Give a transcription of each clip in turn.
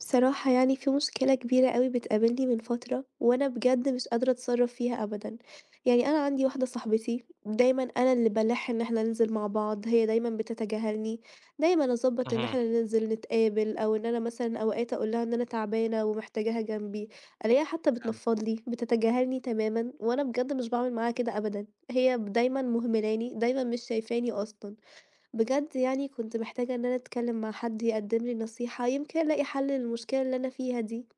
بصراحة يعني في مشكلة كبيرة أوي بتقابلني من فترة، وأنا بجد مش قادرة أتصرّف فيها أبدًا، يعني أنا عندي واحدة صاحبتي دايمًا أنا اللي بالاحي إن إحنا ننزل مع بعض، هي دايمًا بتتجاهلني، دايمًا أضبّط إن اهم. إحنا ننزل نتقابل، أو إن أنا مثلًا أوقات أقول لها إن أنا تعبانة ومحتاجاها جنبي، ألاقيها حتى فاهمِك. بتنفّض لي، بتتجاهلني تمامًا، وأنا بجد مش باعمل معاها كده أبدًا، هي دايمًا مهملاني، دايمًا مش شايفاني أصلًا. بجد يعني كنت محتاجة إن أنا أتكلم مع حد يقدم لي نصيحة، يمكن ألاقي حل للمشكلة اللي أنا فيها دي.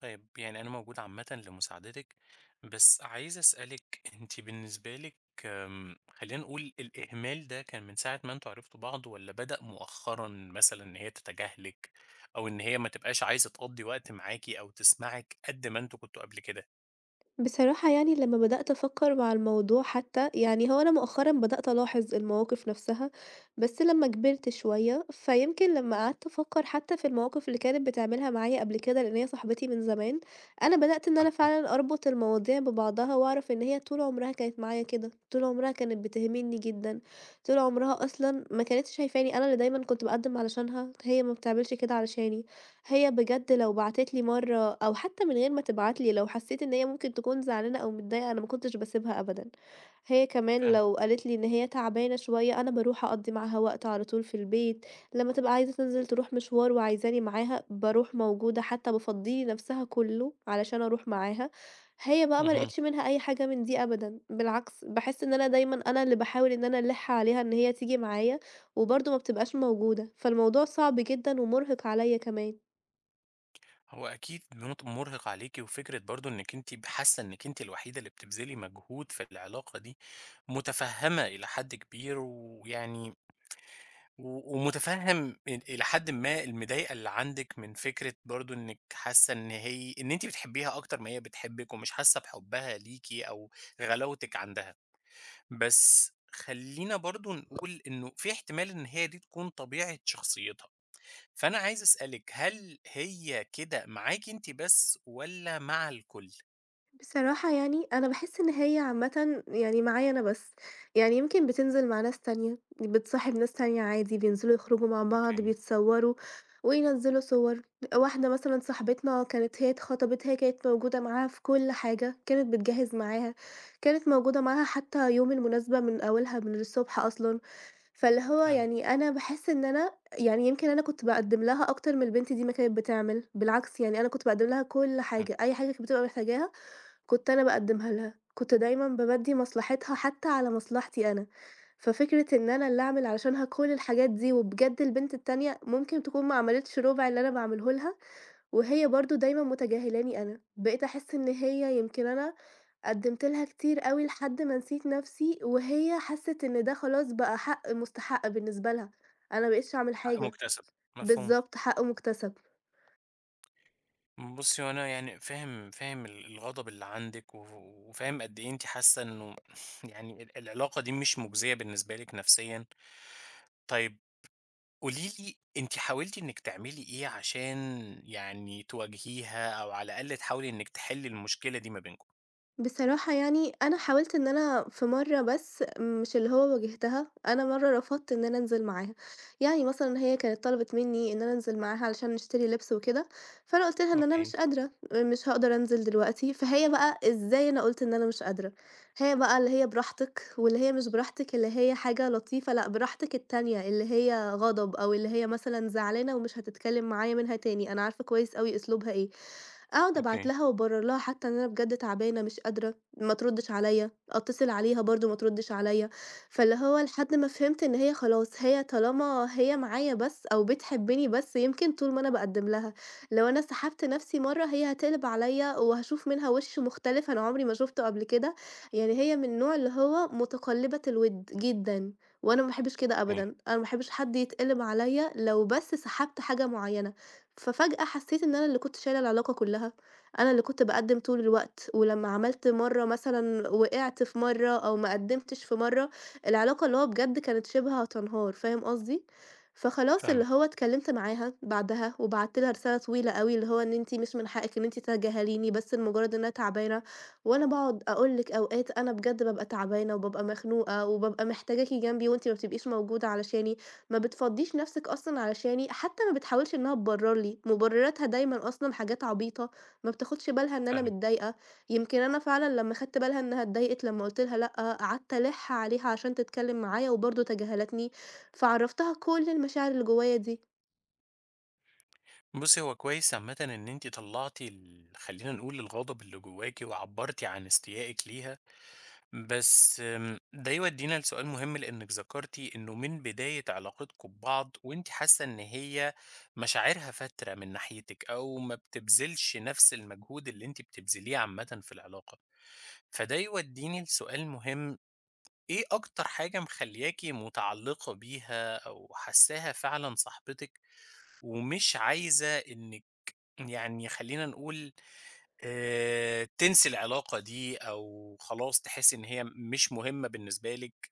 طيب يعني أنا موجود عامةً لمساعدتِك، بس عايز أسألِك أنتِ بالنسبة لِك خلّينا نقول الإهمال ده كان من ساعة ما أنتم عرفتوا بعض والّا بدأ مؤخرًا مثلًا إن هي تتجاهلِك، أو إن هي ما تبقاش عايزة تقضّي وقت معاكِ أو تسمعِك قد ما أنتم كنتوا قبل كده؟ بصراحة يعني لمّا بدأت أفكّر مع الموضوع حتى، يعني هو أنا مؤخرًا بدأت ألاحظ المواقف نفسها، بس لمّا كبرت شوية، فيمكن لمّا قعدت أفكّر حتى في المواقف اللي كانت بتعملها معايا قبل كده، لإن هي صاحبتي من زمان، أنا بدأت إن أنا أها. فعلًا أربط المواضيع ببعضها وأعرف إن هي طول عمرها كانت معايا كده، طول عمرها كانت بتهملني جدًا، طول عمرها أصلًا ما كانتش شايفاني، أنا اللي دايمًا كنت باقدّم علشانها، هي ما بتعملش كده علشاني. هي بجد لو بعتت لي مرة أو حتى من غير ما تبعت لي لو حسيت إن هي ممكن تكون زعلانة أو متضايقة أنا ما كنتش باسيبها أبدًا، هي كمان فاهم لو قالت لي إن هي تعبانة شوية أنا باروح أقضّي معاها وقت على طول في البيت، لمّا تبقى عايزة تنزل تروح مشوار وعايزاني معاها باروح موجودة، حتى بافضّي لي نفسها كله علشان أروح معاها، هي بقى ما اهم. لقيتش منها أي حاجة من دي أبدًا، بالعكس باحس إن أنا دايمًا أنا اللي باحاول إن أنا ألِح عليها إن هي تيجي معايا، وبرضه ما بتبقاش موجودة، فالموضوع صعب جدًا ومرهق عليَّ كمان. هو أكيد منط مُرهِق عليكِ وفكرة برضه إنِّك أنتِ حاسة إنِّك أنتِ الوحيدة اللي بتبذلي مجهود في العلاقة دي، مُتفهّمة إلى حد كبير ويعني و ومُتفهم إل إلى حدٍ ما المضايقة اللي عندِك من فكرة برضه إنِّك حاسة إن أنتِ بتحبيها أكتر ما هي بتحبِّك، ومش حاسة بحُبها ليكِ أو غلاوتِك عندها. بس خلّينا برضه نقول إنه في احتمال إن هي دي تكون طبيعة شخصيتها، فأنا عايز أسألِك هل هي كده معاكِ أنتِ بس والّا مع الكل؟ بصراحة يعني أنا باحس إن هي عامةً يعني معايا أنا بس، يعني يمكن بتنزل مع ناس تانية، بتصاحب ناس تانية عادي، بينزلوا يخرجوا مع بعض، أوكي، بيتصوروا وينزلوا صور، واحدة مثلًا صاحبتنا كانت هي اتخطبت، هي كانت موجودة معاها في كل حاجة، كانت بتجهز معاها، كانت موجودة معاها حتى يوم المناسبة من أولها من الصبح أصلًا، فاللي هو فاهمِك، يعني أنا باحس إن أنا يعني يمكن أنا كنت باقدّم لها أكتر من البنت دي ما كانت بتعمل، بالعكس يعني أنا كنت باقدّم لها كل آه. حاجة، أي حاجة كانت بتبقى محتاجاها كنت أنا باقدّمها لها، كنت دايمًا بامَدّي مصلحتها حتى على مصلحتي أنا، ففكرة إن أنا اللي أعمل علشانها كل الحاجات دي، وبجد البنت التانية ممكن تكون ما عملتش ربع اللي أنا باعمله لها، وهي برضه دايمًا متجاهلاني أنا، بقيت أحس إن هي يمكن أنا قدّمت لها كتير أوي لحد ما نسيت نَفْسي، وهي حسِّت إن ده خلاص بقى حق مستحق بالنسبة لها، أنا ما بقيتش أعمل حق حاجة، مُكتسب، مفهوم. بالضبط، حق مُكتسب. بُصّي، هو أنا يعني فاهم الغضب اللي عندِك، و وفاهم قد إيه أنتِ حاسة إنه يعني العلاقة دي مش مجزية بالنسبة لِك نفسيًا. طيب قولي لي أنتِ حاولتِ إنِّك تعملي إيه عشان يعني تواجهيها، أو على الأقل تحاولي إنِّك تحلّي المشكلة دي ما بينكم؟ بصراحة يعني أنا حاولت إن أنا في مرة بس مش اللي هو واجهتها، أنا مرة رفضت إن أنا أنزل معاها، يعني مثلًا هي كانت طلبت مني إن أنا أنزل معاها علشان نشتري لبس وكده، فأنا قُلت لها إن أنا أوكي، مش قادرة، مش هاقدر أنزل دلوقتي، فهي بقى إزاي أنا قُلت إن أنا مش قادرة، هي بقى اللي هي براحتك، واللي هي مش براحتك اللي هي حاجة لطيفة، لأ براحتك التانية اللي هي غضب أو اللي هي مثلًا زعلانة ومش هتتكلم معايا منها تاني، أنا عارفة كويس أوي أسلوبها إيه. أقعد أبعت أوكي، لها وأبرر لها حتى إن أنا بجد تعبانة مش قادرة، ما تردش عليَّ، أتصل عليها برضه ما تردش عليَّ، فاللي هو لحد ما فهمت إن هي خلاص هي طالما هي معايا بس أو بتحبني بس يمكن طول ما أنا باقدّم لها، لو أنا سحبت نفسي مرّة هي هتقلب عليَّ وهاشوف منها وِش مختلف أنا عمري ما شُفته قبل كده، يعني هي من النوع اللي هو متقلّبة الوِد جدًا، وأنا ما باحبش كده أوكي، أبدًا، أنا ما باحبش حد يتقلب عليَّ لو بس سحبت حاجة معيّنة. ففجأة حسيت إن أنا اللي كنت شايلة العلاقة كلها، أنا اللي كنت باقدّم طول الوقت، ولمّا عملت مرّة مثلًا وقعت في مرّة أو ما قدّمتش في مرّة، العلاقة اللي هو بجد كانت شِبه هتنهار، فاهم قصدي؟ فخلاص اللي فاهمِك، هو اتكلمت معاها بعدها، وبعتّ لها رسالة طويلة أوي اللي هو إن أنتِ مش من حقِك إن أنتِ تتجاهليني بس لمجرد إن أنا تعبانة، وأنا باقعد أقول لِك أوقات أنا بجد بابقى تعبانة وبابقى مخنوقة وبابقى محتاجاكِ جنبي وأنتِ ما بتبقيش موجودة علشاني، ما بتفضّيش نَفْسِك أصلًا علشاني، حتى ما بتحاولش إنّها تبرّر لي، مُبرِّراتها دايمًا أصلًا حاجات عبيطة، ما بتاخُدش بالها إن أنا فاهمِك. متضايقة، يمكن أنا فعلًا لمّا خدت بالها إنّها اتضايقت لمّا قُلت لها لأ، قعدت ألِح عليها عشان تتكلّم معايا وبرضه تجاهلتني، فعرّفتها كل المشاعر اللي جوّايا دي. بُصّي، هو كويس عامةً إن أنتِ طلّعتِ خلّينا نقول الغضب اللي جواكِ، وعبّرتِ عن استيائِك ليها. بس ده يودينا لسؤال مهم لأنِك ذكرتِ إنه من بداية علاقتكم ببعض وأنتِ حاسة إن هي مشاعرها فاترة من ناحيتِك أو ما بتبذلش نفس المجهود اللي أنتِ بتبذليه عامةً في العلاقة. فده يوديني لسؤال مهم، إيه أكتر حاجة مخلّياكِ متعلقة بيها أو حاساها فعلًا صاحبتِك ومش عايزة إنِك يعني خلّينا نقول تنسي العلاقة دي أو خلاص تحسّي إن هي مش مهمة بالنسبة لِك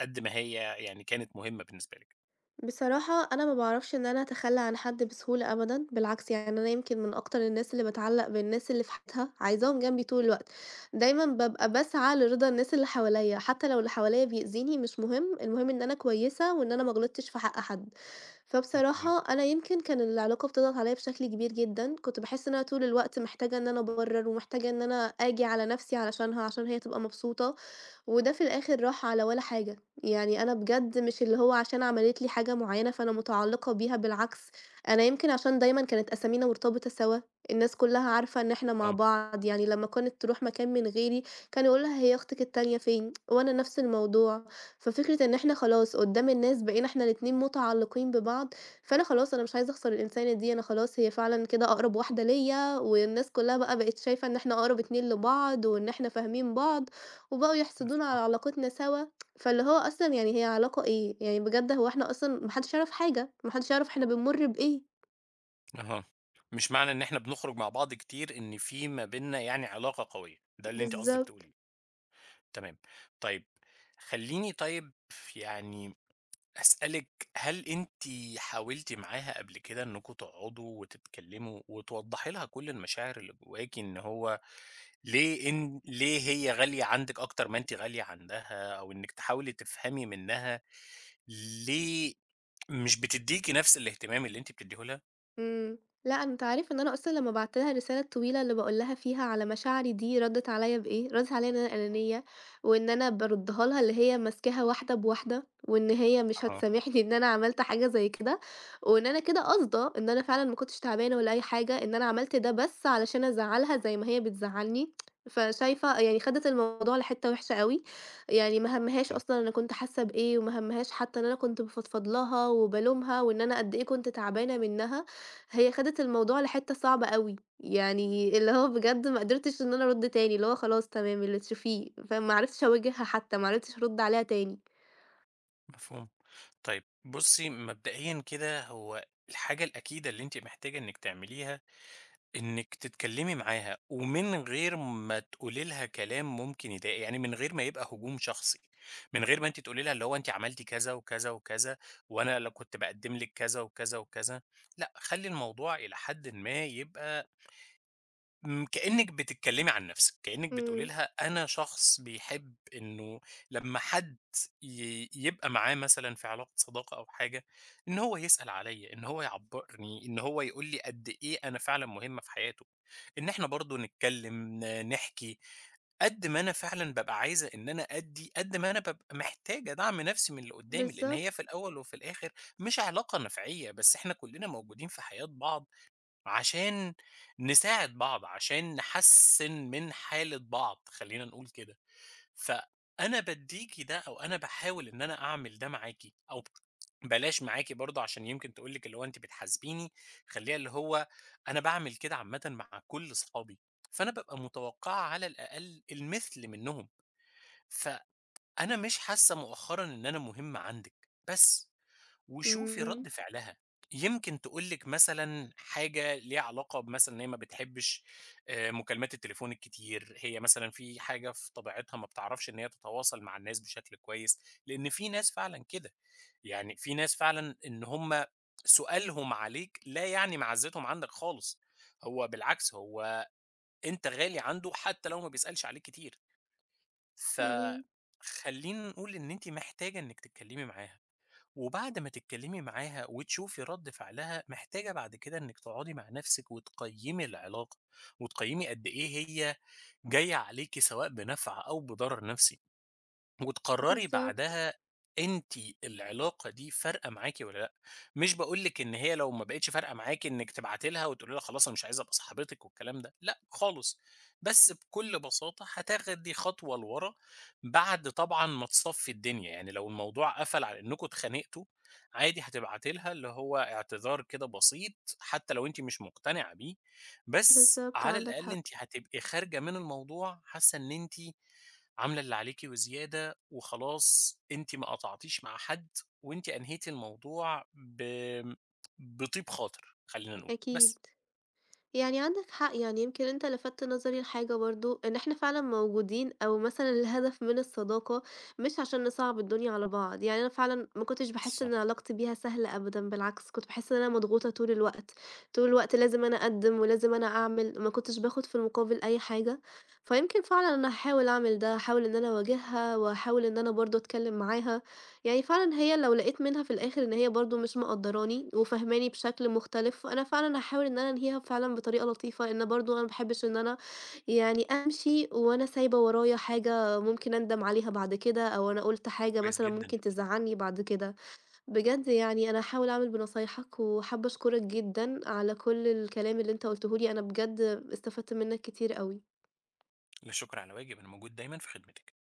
قد ما هي يعني كانت مهمة بالنسبة لِك. بصراحة أنا ما باعرفش إن أنا أتخلّى عن حد بسهولة أبدًا، بالعكس يعني أنا يمكن من أكتر الناس اللي باتعلّق بالناس اللي في حياتها، عايزاهم جنبي طول الوقت، دايمًا بابقى باسعى لرضا الناس اللي حواليّا، حتى لو اللي حواليّا بيأذيني مش مهم، المهم إن أنا كويسة وإن أنا ما غلطتش في حق حد، أوكي، فبصراحة أنا يمكن كان العلاقة بتضغط عليّا بشكل كبير جدًا، كنت باحس إن أنا طول الوقت محتاجة إن أنا أبرّر ومحتاجة إن أنا آجي على نفسي علشانها، عشان هي تبقى مبسوطة. وده في الآخر راح على ولا حاجة، يعني أنا بجد مش اللي هو عشان عملت لي حاجة معيّنة فأنا متعلقة بيها بالعكس، أنا يمكن عشان دايمًا كانت أسامينا مرتبطة سوا، الناس كلها عارفة إن إحنا مع آه، بعض، يعني لمّا كانت تروح مكان من غيري كانوا يقولوا لها هي أختِك التانية فين؟ وأنا نفس الموضوع، ففكرة إن إحنا خلاص قدّام الناس بقينا إحنا الاتنين متعلقين ببعض، فأنا خلاص أنا مش عايزة أخسر الإنسانة دي، أنا خلاص هي فعلًا كده أقرب واحدة ليّا، والناس كلها بقى بقت شايفة إن إحنا أقرب اتنين لبعض، وإن إحنا فاهمين بعض. وبقوا يحسدونا مفهوم. على علاقتنا سوا، فاللي هو أصلًا يعني هي علاقة إيه؟ يعني بجد هو إحنا أصلًا ما حدش يعرف حاجة، ما حدش يعرف إحنا بنمُر بإيه. أها، مش معنى إن إحنا بنخرج مع بعض كتير إن في ما بيننا يعني علاقة قوية، ده اللي أنتِ قصدِك بالضبط. تقوليه، تمام. طيب خلّيني طيب يعني أسألِك هل أنتِ حاولتِ معاها قبل كده إنكم تقعدوا وتتكلموا وتوضّحي لها كل المشاعر اللي جواكِ إن هو ليه هي غالية عندِك أكتر ما أنتِ غالية عندها، أو إنِّك تحاولي تفهمي منها ليه مش بتدّيكِ نفس الاهتمام اللي أنتِ بتدّيه لها؟ إمم. لأ، أنت عارف إن أنا أصلًا لمّا بعت لها الرسالة الطويلة اللي باقول لها فيها على مشاعري دي، ردِّت عليّا بإيه؟ ردِّت عليّا إن أنا أنانية، وإن أنا باردّها لها اللي هي ماسكاها واحدة بواحدة، وإن هي مش أها، هتسامحني إن أنا عملت حاجة زي كده، وإن أنا كده قاصدة إن أنا فعلًا ما كنتش تعبانة ولا أي حاجة، إن أنا عملت ده بس علشان أزعّلها زي ما هي بتزعّلني. فشايفة يعني خدِت الموضوع لحتّة وحشة أوي، يعني ما هَمّهاش إمم، أصلًا أنا كنت حاسة بإيه، وما هَمّهاش حتى إن أنا كنت بافضفض لها وبالومها وإن أنا قد إيه كنت تعبانة منّها. هي خدت الموضوع لحتّة صعبة أوي، يعني اللي هو بجد ما قدرتش إن أنا أرُد تاني، اللي هو خلاص تمام اللي تشوفيه، فما عرفتش أواجهها حتى، ما عرفتش أرُد عليها تاني. مفهوم. طيب بُصّي، مبدئيًا كده هو الحاجة الأكيدة اللي أنتِ محتاجة إنِّك تعمليها إنِّك تتكلّمي معاها، ومن غير ما تقولي لها كلام ممكن يضايق، يعني من غير ما يبقى هجوم شخصي، من غير ما أنتِ تقولي لها اللي هو أنتِ عملتِ كذا وكذا وكذا، وأنا لو كنت باقدّم لِك كذا وكذا وكذا. لأ، خلّي الموضوع إلى حدٍ ما يبقى كإنِّك بتتكلّمي عن نَفْسِك، كإنِّك بتقولي إمم، لها أنا شخص بيحب إنه لمّا حد يبقى معاه مثلًا في علاقة صداقة أو حاجة، إن هو يسأل عليّا، إن هو يعبّرني، إن هو يقول لي قد إيه أنا فعلًا مهمة في حياته، إن إحنا برضه نتكلّم، نحكي، قد ما أنا فعلًا بابقى عايزة إن أنا أدّي، قد ما أنا بابقى محتاجة دعم نَفْسي من اللي قُدّامي، لإن بالضبط. هي في الأول وفي الآخِر مش علاقة نَفْعيّة، بس إحنا كُلّنا موجودين في حياة بعض عشان نساعد بعض، عشان نحسّن من حالة بعض، خلّينا نقول كده. فأنا بادّيكِ ده أو أنا باحاول إن أنا أعمل ده معاكِ أو بلاش معاكِ برضه عشان يمكن تقول لِك اللي هو أنتِ بتحاسبيني، خلّيها اللي هو أنا باعمل كده عامةً مع كل صحابي، فأنا بابقى متوقّعة على الأقل المثل منّهم، فأنا مش حاسّة مؤخرًا إن أنا مهمة عندِك، بس. وشوفي إمم، رد فعلها، يمكن تقول لِك مثلًا حاجة ليها علاقة بمثلًا إن هي ما بتحبش مكالمات التليفون الكتير، هي مثلًا في حاجة في طبيعتها ما بتعرفش إن هي تتواصل مع الناس بشكل كويس، لإن في ناس فعلًا كده، يعني في ناس فعلًا إن هم سؤالهم عليك لا يعني معزتهم عندك خالص، هو بالعكس هو أنت غالي عنده حتى لو ما بيسألش عليك كتير، إمم، فخلّينا نقول إن أنتِ محتاجة إنِك تتكلمي معاها. وبعد ما تتكلمي معاها وتشوفي رد فعلها محتاجة بعد كده انك تقعدي مع نفسك وتقيمي العلاقة وتقيمي قد ايه هي جاية عليكي سواء بنفع او بضرر نفسي وتقرري بالضبط، بعدها أنتِ العلاقة دي فارقة معاكِ والّا لأ، مش باقول لِك إن هي لو ما بقتش فارقة معاكِ إنِّك تبعتي لها وتقولي لها خلاص أنا مش عايزة أبقى صاحبتِك والكلام ده، لأ خالص، بس بكل بساطة هتاخدي خطوة لورا بعد طبعًا ما تصفّي الدنيا، يعني لو الموضوع قفل على إنكم اتخانقتوا عادي هتبعتي لها اللي هو اعتذار كده بسيط، حتى لو أنتِ مش مقتنعة بيه، بس بالضبط على عندك الأقل حق، أنتِ هتبقي خارجة من الموضوع حاسة إن أنتِ عاملة اللي عليكِ وزيادة وخلاص أنتِ ما قطعتيش مع حد، وأنتِ أنهيتِ الموضوع بطيب خاطر خلّينا نقول، أكيد. بس. يعني عندك حق، يعني يمكن أنت لفتت نظري لحاجة برضه، إن إحنا فعلًا موجودين أو مثلًا الهدف من الصداقة مش عشان نصعّب الدنيا على بعض، يعني أنا فعلًا ما كنتش باحس إن بالضبط. علاقتي بيها سهلة أبدًا، بالعكس كنت باحس إن أنا مضغوطة طول الوقت، طول الوقت لازم أنا أقدّم ولازم أنا أعمل، ما كنتش باخد في المقابل أي حاجة، فيمكن فعلًا أنا هاحاول أعمل ده، هاحاول إن أنا أواجهها، وهاحاول إن أنا برضه أتكلم معاها. يعني فعلًا هي لو لقيت منها في الآخر إن هي برضه مش مقدّراني وفاهماني بشكل مختلف، أنا فعلًا هاحاول إن أنا أنهيها فعلًا بطريقة لطيفة، لإن برضه أنا ما باحبش إن أنا يعني أمشي وأنا سايبة ورايا حاجة ممكن أندم عليها بعد كده، أو أنا قُلت حاجة كويس مثلًا جدًا، ممكن تزعّلني بعد كده. بجد يعني أنا هاحاول أعمل بنصايحك، وحابة أشكرك جدًا على كل الكلام اللي أنت قُلته لي، أنا بجد استفدت منّك كتير أوي. لا شكر على واجب، أنا موجود دايمًا في خدمتِك.